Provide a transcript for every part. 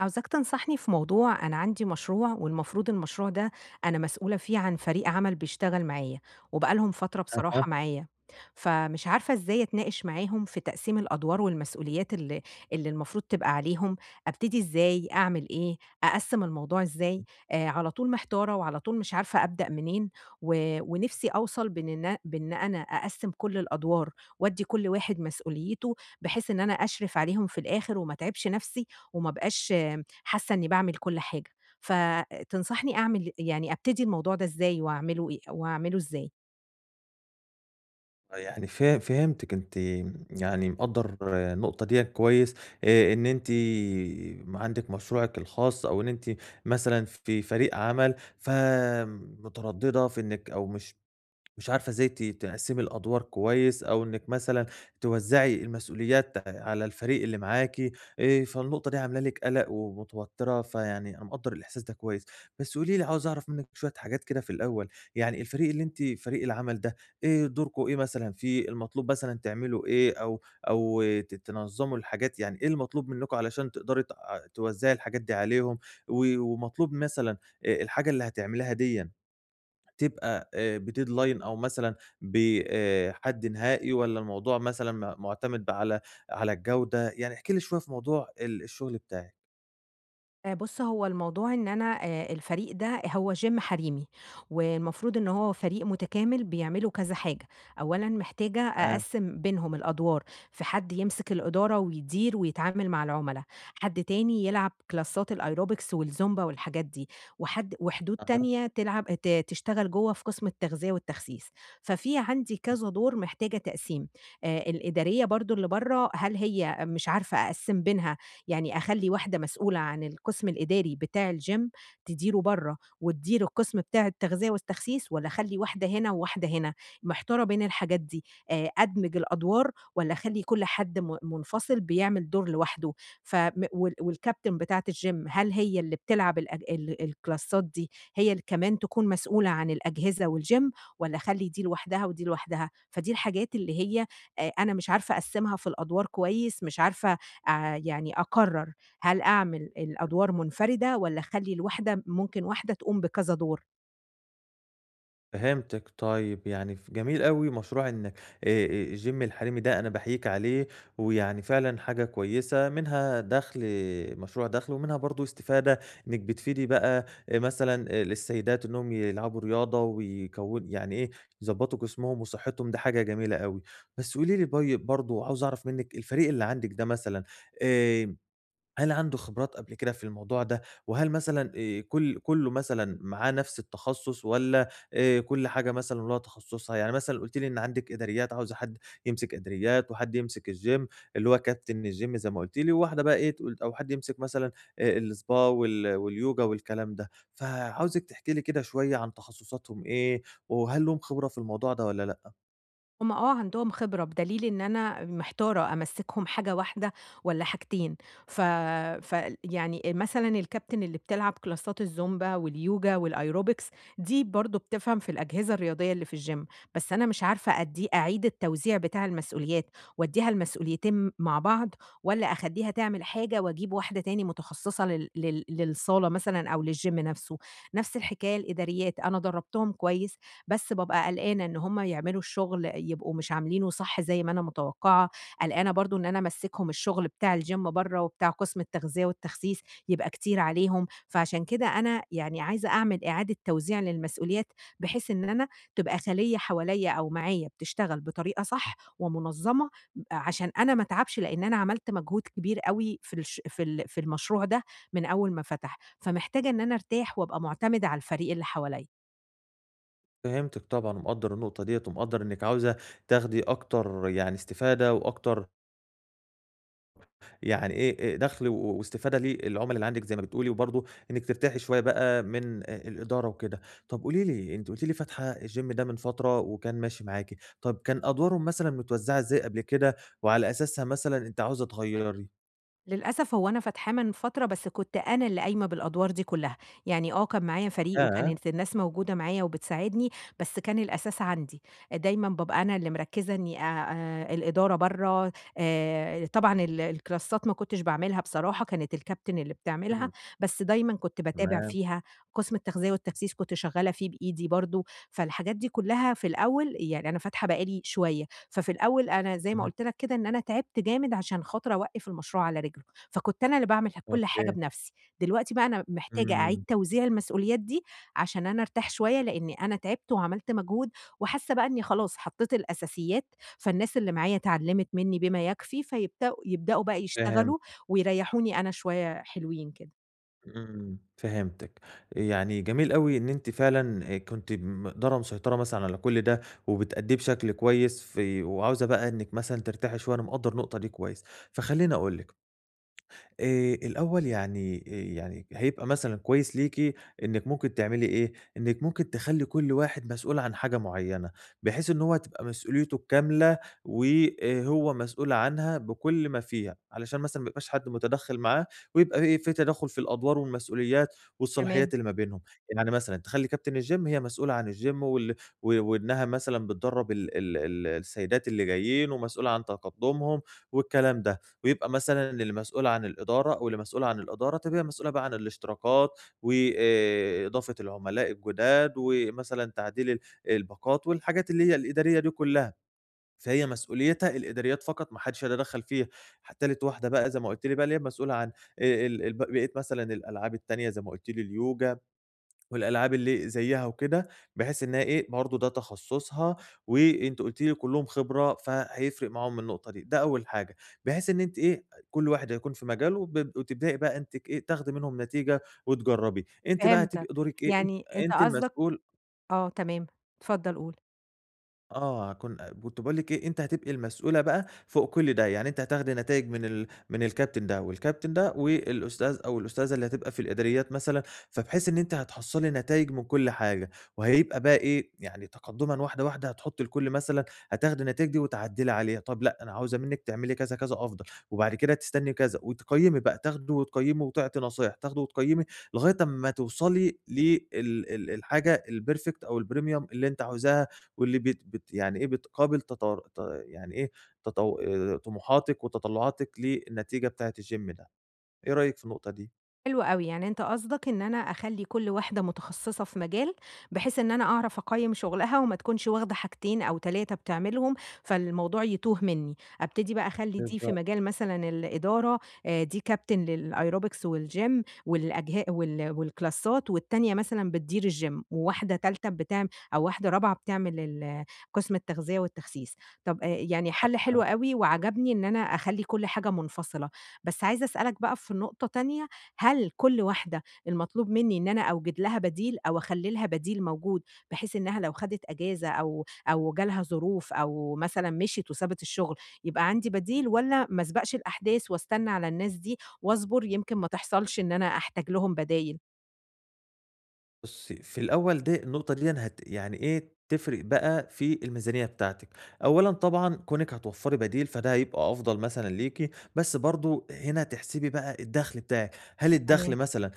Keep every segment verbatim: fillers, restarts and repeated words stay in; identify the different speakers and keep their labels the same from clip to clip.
Speaker 1: عاوزاك تنصحني في موضوع، أنا عندي مشروع والمفروض المشروع ده أنا مسؤولة فيه عن فريق عمل بيشتغل معايا، وبقى لهم فترة
Speaker 2: آه،
Speaker 1: بصراحة معايا، فمش عارفة إزاي أتناقش معاهم في تقسيم الأدوار والمسؤوليات اللي اللي المفروض تبقى عليهم. أبتدي إزاي، أعمل إيه، أقسّم الموضوع إزاي؟ آآ على طول محتارة وعلى طول مش عارفة أبدأ منين، و ونفسي أوصل بإن إن بإن أنا أقسّم كل الأدوار وأدّي كل واحد مسؤوليته، بحيث إن أنا أشرف عليهم في الآخر وما اتعبش نفسي وما ابقاش حاسة إني باعمل كل حاجة. فتنصحني أعمل يعني أبتدي الموضوع ده إزاي، واعمله إيه، واعمله إزاي؟
Speaker 2: يعني فه فهمتِك، أنتِ يعني مقدّر النقطة ديّة كويس. آآ، إن أنتِ م عندِك مشروعِك الخاص، أو إن أنتِ مثلًا في فريق عمل، فمترددة في إنِّك أو مش مش عارفة إزاي ت تقسّمي الأدوار كويس، أو إنِّك مثلًا توزّعي المسؤوليات على الفريق اللي معاكِ. آآ، فالنقطة دي عاملة لِك قَلَق ومتوتّرة، فيعني أنا مقدّر الإحساس ده كويس. بس قولي لي، عاوز أعرف منِّك شوية حاجات كده في الأول. يعني الفريق اللي أنتِ فريق العمل ده، إيه دوركم، إيه مثلًا فيه، المطلوب مثلًا تعملوا إيه، أو أو ت تنظّموا الحاجات، يعني إيه المطلوب منكم علشان تقدري تع توزّعي الحاجات دي عليهم، و ومطلوب مثلًا آآ، الحاجة اللي هتعمليها ديًّا تبقى آآ بdeadline أو مثلًا ب آآ حد نهائي، والّا الموضوع مثلًا م مُعتمد على على الجودة؟ يعني احكِ لي شوية في موضوع ال الشغل بتاعِك.
Speaker 1: آآ بُص، هو الموضوع إن أنا آآ الفريق ده هو gym حريمي، والمفروض إن هو فريق متكامل بيعملوا كذا حاجة. أولًا محتاجة
Speaker 2: تمام.
Speaker 1: أقسّم بينهم الأدوار، في حد يمسك الإدارة ويدير ويتعامل مع العُملا، حد تاني يلعب كلاسات الأيروبكس والزومبا والحاجات دي، وحد وحدود
Speaker 2: أها.
Speaker 1: تانية تلعب ت تشتغل جوّه في قسم التغذية والتخسيس. ففي عندي كذا دور محتاجة تقسيم. آآ الإدارية برضه اللي برّه، هل هي مش عارفة أقسّم بينها، يعني أخلّي واحدة مسؤولة عن القسم الإداري بتاع الgym تديره برّه، وتدير القسم بتاع التغذية والتخسيس، والّا أخلّي واحدة هنا وواحدة هنا؟ محتارة بين الحاجات دي. آآ أدمج الأدوار والّا أخلّي كل حد م منفصل بيعمل دور لوحده؟ فم وال والكابتن بتاعة الgym، هل هي اللي بتلعب الأج ال الكلاسات دي هي اللي كمان تكون مسؤولة عن الأجهزة والgym، والّا أخلّي دي لوحدها ودي لوحدها؟ فدي الحاجات اللي هي آآ أنا مش عارفة أقسّمها في الأدوار كويس، مش عارفة آآ يعني أقرّر، هل أعمل الأدوار منفردة والّا أخلّي الواحدة ممكن واحدة تقوم بكذا دور؟
Speaker 2: فهمتِك طيب. يعني ف جميل أوي مشروع إنك، آآ الgym الحريمي ده، أنا باحييك عليه. ويعني فعلًا حاجة كويسة، منها دخْل، مشروع دخْل، ومنها برضه استفادة إنِك بتفيدي بقى، آآ مثلًا آآ السيدات إنهم يلعبوا رياضة ويكوّن يعني إيه، يضبّطوا جسمهم وصحّتهم، دي حاجة جميلة أوي. بس قولي لي طيب، برضه عاوز أعرف منِّك الفريق اللي عندِك ده مثلًا، آآ هل عنده خبرات قبل كده في الموضوع ده؟ وهل مثلًا آآ كل كُلّه مثلًا معاه نفس التخصُّص، والّا آآ كل حاجة مثلًا ولها تخصُّصها؟ يعني مثلًا قُلتِ لي إن عندِك إداريات، عاوزة حد يمسك إداريات، وحد يمسك الgym اللي هو كابتن الgym زي ما قُلتِ لي، وواحدة بقى إيه تقول، أو حد يمسك مثلًا آآ الSpa وال والYoga والكلام ده. فعاوزِك تحكي لي كده شوية عن تخصُّصاتهم إيه، وهل لهم خبرة في الموضوع ده والّا لأ؟
Speaker 1: هم آه عندهم خبرة، بدليل إن أنا محتارة أمسّكهم حاجة واحدة والّا حاجتين. ف ف يعني مثلًا الكابتن اللي بتلعب كلاسات الزومبا واليوجا والأيروبكس، دي برضه بتفهم في الأجهزة الرياضية اللي في الgym، بس أنا مش عارفة أدّي أعيد التوزيع بتاع المسؤوليات، وأدّيها المسؤوليتين مع بعض والّا أخلّيها تعمل حاجة وأجيب واحدة تاني متخصصة لل لل للصالة مثلًا أو للgym نفسه. نفس الحكاية الإداريات، أنا درّبتهم كويس، بس بابقى قلقانة إن هم يعملوا الشغل يبقوا مش عاملينه صح زي ما أنا متوقعة، قلقانة برضه إن أنا أمسّكهم الشغل بتاع الgym برّه وبتاع قسم التغذية والتخسيس يبقى كتير عليهم، فعشان كده أنا يعني عايزة أعمل إعادة توزيع للمسؤوليات، بحيث إن أنا تبقى خليّة حواليّا أو معايا بتشتغل بطريقة صح ومنظمة، عشان أنا ما أتعبش، لإن أنا عملت مجهود كبير أوي في الش في ال في المشروع ده من أول ما فتح، فمحتاجة إن أنا أرتاح وأبقى مُعتمدة على الفريق اللي حواليّا.
Speaker 2: فهمتِك طبعًا، ومقدّر النقطة ديّة، ومقدّر إنِّك عاوزة تاخدي أكتر يعني استفادة، وأكتر يعني إيه إيه دخْل و واستفادة للعُملا اللي عندِك زي ما بتقولي، وبرضه إنِّك ترتاحي شوية بقى من آآ الإدارة وكده. طَب قولي لي، أنتِ قُلتِ لي فاتحة الgym ده من فترة وكان ماشي معاكِ، طَب كان أدوارهم مثلًا متوزّعة إزاي قبل كده، وعلى أساسها مثلًا أنتِ عاوزة تغيّري؟
Speaker 1: للأسف هو أنا فاتحاه من فترة، بس كنت أنا اللي قايمة بالأدوار دي كلّها، يعني آه، كان معايا فريق
Speaker 2: ياه!
Speaker 1: وكانت الناس موجودة معايا وبتساعدني، بس كان الأساس عندي. دايمًا بابقى أنا اللي مركّزة إني آآ آآ الإدارة برّه، آآ طبعًا ال الكلاسات ما كنتش باعملها بصراحة، كانت الكابتن اللي بتعملها،
Speaker 2: إمم.
Speaker 1: بس دايمًا كنت باتابع
Speaker 2: تمام.
Speaker 1: فيها. قسم التغذية والتخسيس كنت شغّالة فيه بإيدي برضه، فالحاجات دي كلّها في الأول يعني أنا فاتحة بقى لي شوية. ففي الأول أنا زي ما
Speaker 2: اهم.
Speaker 1: قُلت لك كده إن أنا تعبت جامد عشان خاطر أوقّف المشروع على رجله، فكنت أنا اللي باعمل كل حاجة
Speaker 2: أوكي.
Speaker 1: بنَفْسي. دلوقتي بقى أنا محتاجة أعيد
Speaker 2: إمم.
Speaker 1: توزيع المسؤوليات دي عشان أنا أرتاح شوية، لإني أنا تعبت وعملت مجهود، وحاسة بقى إني خلاص حطّيت الأساسيات، فالناس اللي معايا اتعلّمت منّي بما يكفي، فيبدؤوا يبدؤوا بقى يشتغلوا
Speaker 2: فهمت.
Speaker 1: ويريّحوني أنا شوية حلوين كده.
Speaker 2: إمم، فهمتِك. يعني جميل أوي إن أنتِ فعلًا آآ كنتِ مقدرة مسيطرة مثلًا على كل ده، وبتأدّيه بشكل كويس، في وعاوزة بقى إنِّك مثلًا ترتاحي شوية، أنا مقدّر النقطة دي كويس. فخلّيني أقول لِك، آآ الأول يعني، آآ يعني هيبقى مثلًا كويس ليكِ إنِّك ممكن تعملي إيه، إنِّك ممكن تخلّي كل واحد مسؤول عن حاجة معيّنة، بحيث إن هو تبقى مسؤوليته الكاملة وهو مسؤول عنها بكل ما فيها، علشان مثلًا ما يبقاش حد متدخّل معاه، ويبقى إيه، في تدخُّل في الأدوار والمسؤوليات
Speaker 1: تمام،
Speaker 2: والصلاحيات اللي ما بينهم. يعني مثلًا تخلّي كابتن الgym هي مسؤولة عن الgym وال و وإنها مثلًا بتدرّب ال ال ال السيدات اللي جايين، ومسؤولة عن تقدُّمهم والكلام ده. ويبقى مثلًا اللي مسؤول عن الإدارة، واللي مسؤولة عن الإدارة، تبقى هي مسؤولة بقى عن الاشتراكات و آآ إضافة العملاء الجداد، ومثلًا تعديل ال الباقات والحاجات اللي هي الإدارية دي كلّها، فهي مسؤوليتها الإداريات فقط، ما حدش يتدخّل فيها. ح تالت واحدة بقى زي ما قُلت لي، بقى اللي هي مسؤولة عن آآ ال الب بقية مثلًا الألعاب التانية زي ما قُلت لي، اليوجا والألعاب اللي زيّها وكده، بحيث إنها إيه، برضه ده تخصُّصها، وأنتِ قُلتِ لي كُلّهم خبرة، فهيفرق معاهم النقطة دي، ده أول حاجة، بحيث إن أنتِ إيه، كل واحد هيكون في مجاله، وب وتبدئي بقى أنتِ ك إيه، تاخدي منهم نتيجة وتجرّبي. أنتِ بقى هتبقي
Speaker 1: فهمتك.
Speaker 2: دورِك إيه، أن
Speaker 1: يعني أنت
Speaker 2: أنتِ
Speaker 1: قصدك.
Speaker 2: المسؤولة.
Speaker 1: آه، تمام، اتفضل قُل.
Speaker 2: آه. كن آه، كنت باقول لِك إيه، أنتِ هتبقي المسؤولة بقى فوق كل ده، يعني أنتِ هتاخدي نتايج من ال من الكابتن ده والكابتن ده والأستاذ أو الأستاذة اللي هتبقى في الإداريات مثلًا، فبحيث إن أنتِ هتحصّلي نتايج من كل حاجة، وهيبقى بقى إيه، يعني تقدُّمًا، واحدة واحدة هتحُطّي لكل مثلًا، هتاخدي النتايج دي وتعدّلي عليها، طَب لأ، أنا عاوزة منِّك تعملي كذا، كذا أفضل، وبعد كده تستني كذا، وتقيّمي بقى، تاخدي وتقيّمي وتعطي نصايح، تاخدي وتقيّمي لغاية أمّا توصلي لل ال الحاجة الperfect أو الpremium اللي أنتِ عاوزاها، واللي بت بت يعني إيه، بتقابل تطر ت يعني إيه، تطو آآ طموحاتِك وتطلُّعاتِك للنتيجة بتاعة الgym ده. إيه رأيِك في النقطة دي؟
Speaker 1: حلو أوي، يعني أنت قصدك إن أنا أخلّي كل واحدة متخصصة في مجال، بحيث إن أنا أعرف أقيّم شغلها وما تكونش واخدة حاجتين أو تلاتة بتعملهم، فالموضوع يتوه منّي. أبتدي بقى أخلّي دي في
Speaker 2: بالضبط.
Speaker 1: مجال مثلًا الإدارة، آآ دي كابتن للأيروبكس والgym والأجه وال والكلاسات، والتانية مثلًا بتدير الgym، وواحدة تالتة بتعم أو واحدة رابعة بتعمل ال قسم التغذية والتخسيس. طب آآ يعني حَل حلو أوي وعجبني إن أنا أخلّي كل حاجة منفصلة، بس عايزة أسألك بقى في نقطة تانية، هل كل واحدة المطلوب منّي إن أنا أوجد لها بديل أو أخلّي لها بديل موجود، بحيث إنها لو خدِت أجازة أو أو جالها ظروف أو مثلًا مشيت وسابت الشغل، يبقى عندي بديل، والّا ما أسبقش الأحداث وأستنى على الناس دي وأصبر، يمكن ما تحصلش إن أنا أحتاج لهم بدايل؟
Speaker 2: بُصّي، في الأول دي النقطة ديًا هت يعني إيه، تفرق بقى في الميزانية بتاعتِك. أولًا طبعًا كونِك هتوفّري بديل، فده هيبقى أفضل مثلًا ليكِ، بس برضه هنا تحسبي بقى الدخل بتاعِك. هل الدخل
Speaker 1: تمام.
Speaker 2: مثلًا آآ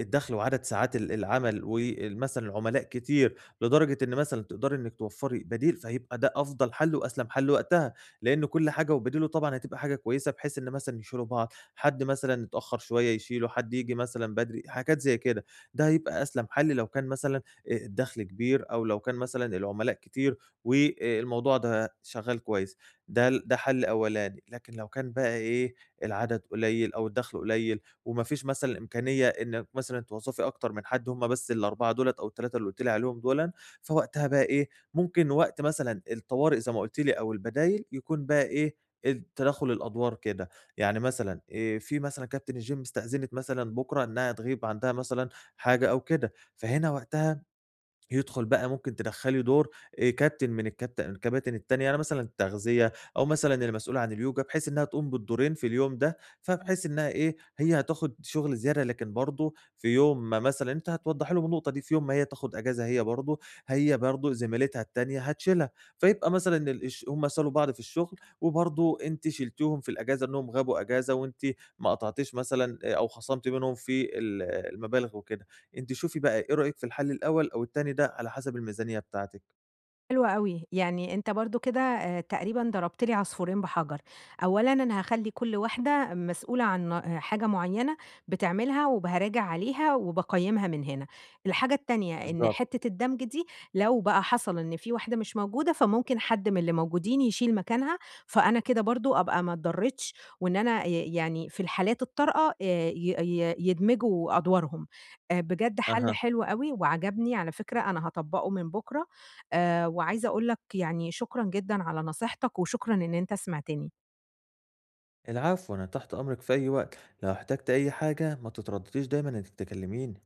Speaker 2: الدخل وعدد ساعات ال العمل ومثلًا العملاء كتير لدرجة إن مثلًا تقدري إنِّك توفّري بديل، فهيبقى ده أفضل حل وأسلم حل وقتها، لإن كل حاجة وبديله طبعًا هتبقى حاجة كويسة بحيث إن مثلًا يشيلوا بعض، حد مثلًا اتأخّر شوية يشيله، حد ييجي مثلًا بدري، حاجات زي كده. ده هيبقى أسلم حل لو كان مثلًا آآ الدخل كبير، أو لو كان مثلًا العملاء كتير والموضوع ده شغال كويس، ده ال ده حل أولاني، لكن لو كان بقى إيه، العدد قليل أو الدخل قليل، وما فيش مثلًا إمكانية إنِّك مثلًا توظّفي أكتر من حد، هم بس الأربعة دُولة أو التلاتة اللي قُلتِ لي عليهم دُولًا، فوقتها بقى إيه، ممكن وقت مثلًا الطوارئ زي ما قُلتِ لي أو البدايل يكون بقى إيه، ال تداخل الأدوار كده، يعني مثلًا آآ في مثلًا كابتن الgym استأذنت مثلًا بُكرة إنها تغيب عندها مثلًا حاجة أو كده، فهنا وقتها يدخل بقى، ممكن تدخّلي دور آآ كابتن من الكابت الكباتن التانية، أنا مثلًا التغذية أو مثلًا المسؤولة عن اليوجا، بحيث إنها تقوم بالدورين في اليوم ده، فبحيث إنها إيه، هي هتاخد شغل زيادة، لكن برضه في يوم ما مثلًا أنتِ هتوضّحي لهم النقطة دي، في يوم ما هي تاخد أجازة هي برضه، هي برضه زميلتها التانية هتشيلها، فيبقى مثلًا ال الش هم شالوا بعض في الشغل، وبرضه أنتِ شِلتيهم في الأجازة إنهم غابوا أجازة، وأنتِ ما قطعتيش مثلًا آآ أو خصمتِ منهم في ال المبالغ وكده. أنتِ شوفي بقى إيه رأيِك في الحل الأول أو التاني ده على حسب الميزانية بتاعتِك.
Speaker 1: حلو أوي، يعني أنت برضه كده آآ تقريبًا ضربت لي عصفورين بحجر، أولًا أنا هاخلّي كل واحدة مسؤولة عن آه، حاجة معيّنة بتعملها وباراجع عليها وباقيّمها من هنا، الحاجة التانية إن
Speaker 2: بالضبط.
Speaker 1: حتّة الدمج دي، لو بقى حصل إن في واحدة مش موجودة، فممكن حد من اللي موجودين يشيل مكانها، فأنا كده برضه أبقى ما اتضرّيتش، وإن أنا ي يعني في الحالات الطارئة آآ ي ي يدمجوا أدوارهم. آآ بجد حَل
Speaker 2: أها.
Speaker 1: حلو أوي وعجبني، على فكرة أنا هاطبّقه من بُكرة. آآ وعايزة أقول لك يعني شكرًا جدًا على نصيحتك وشكرًا إن أنت سمعتني.
Speaker 2: العفو، أنا تحت أمرِك في أي وقت، لو احتجتِ أي حاجة ما تتردديش، دايمًا إنِّك تكلميني.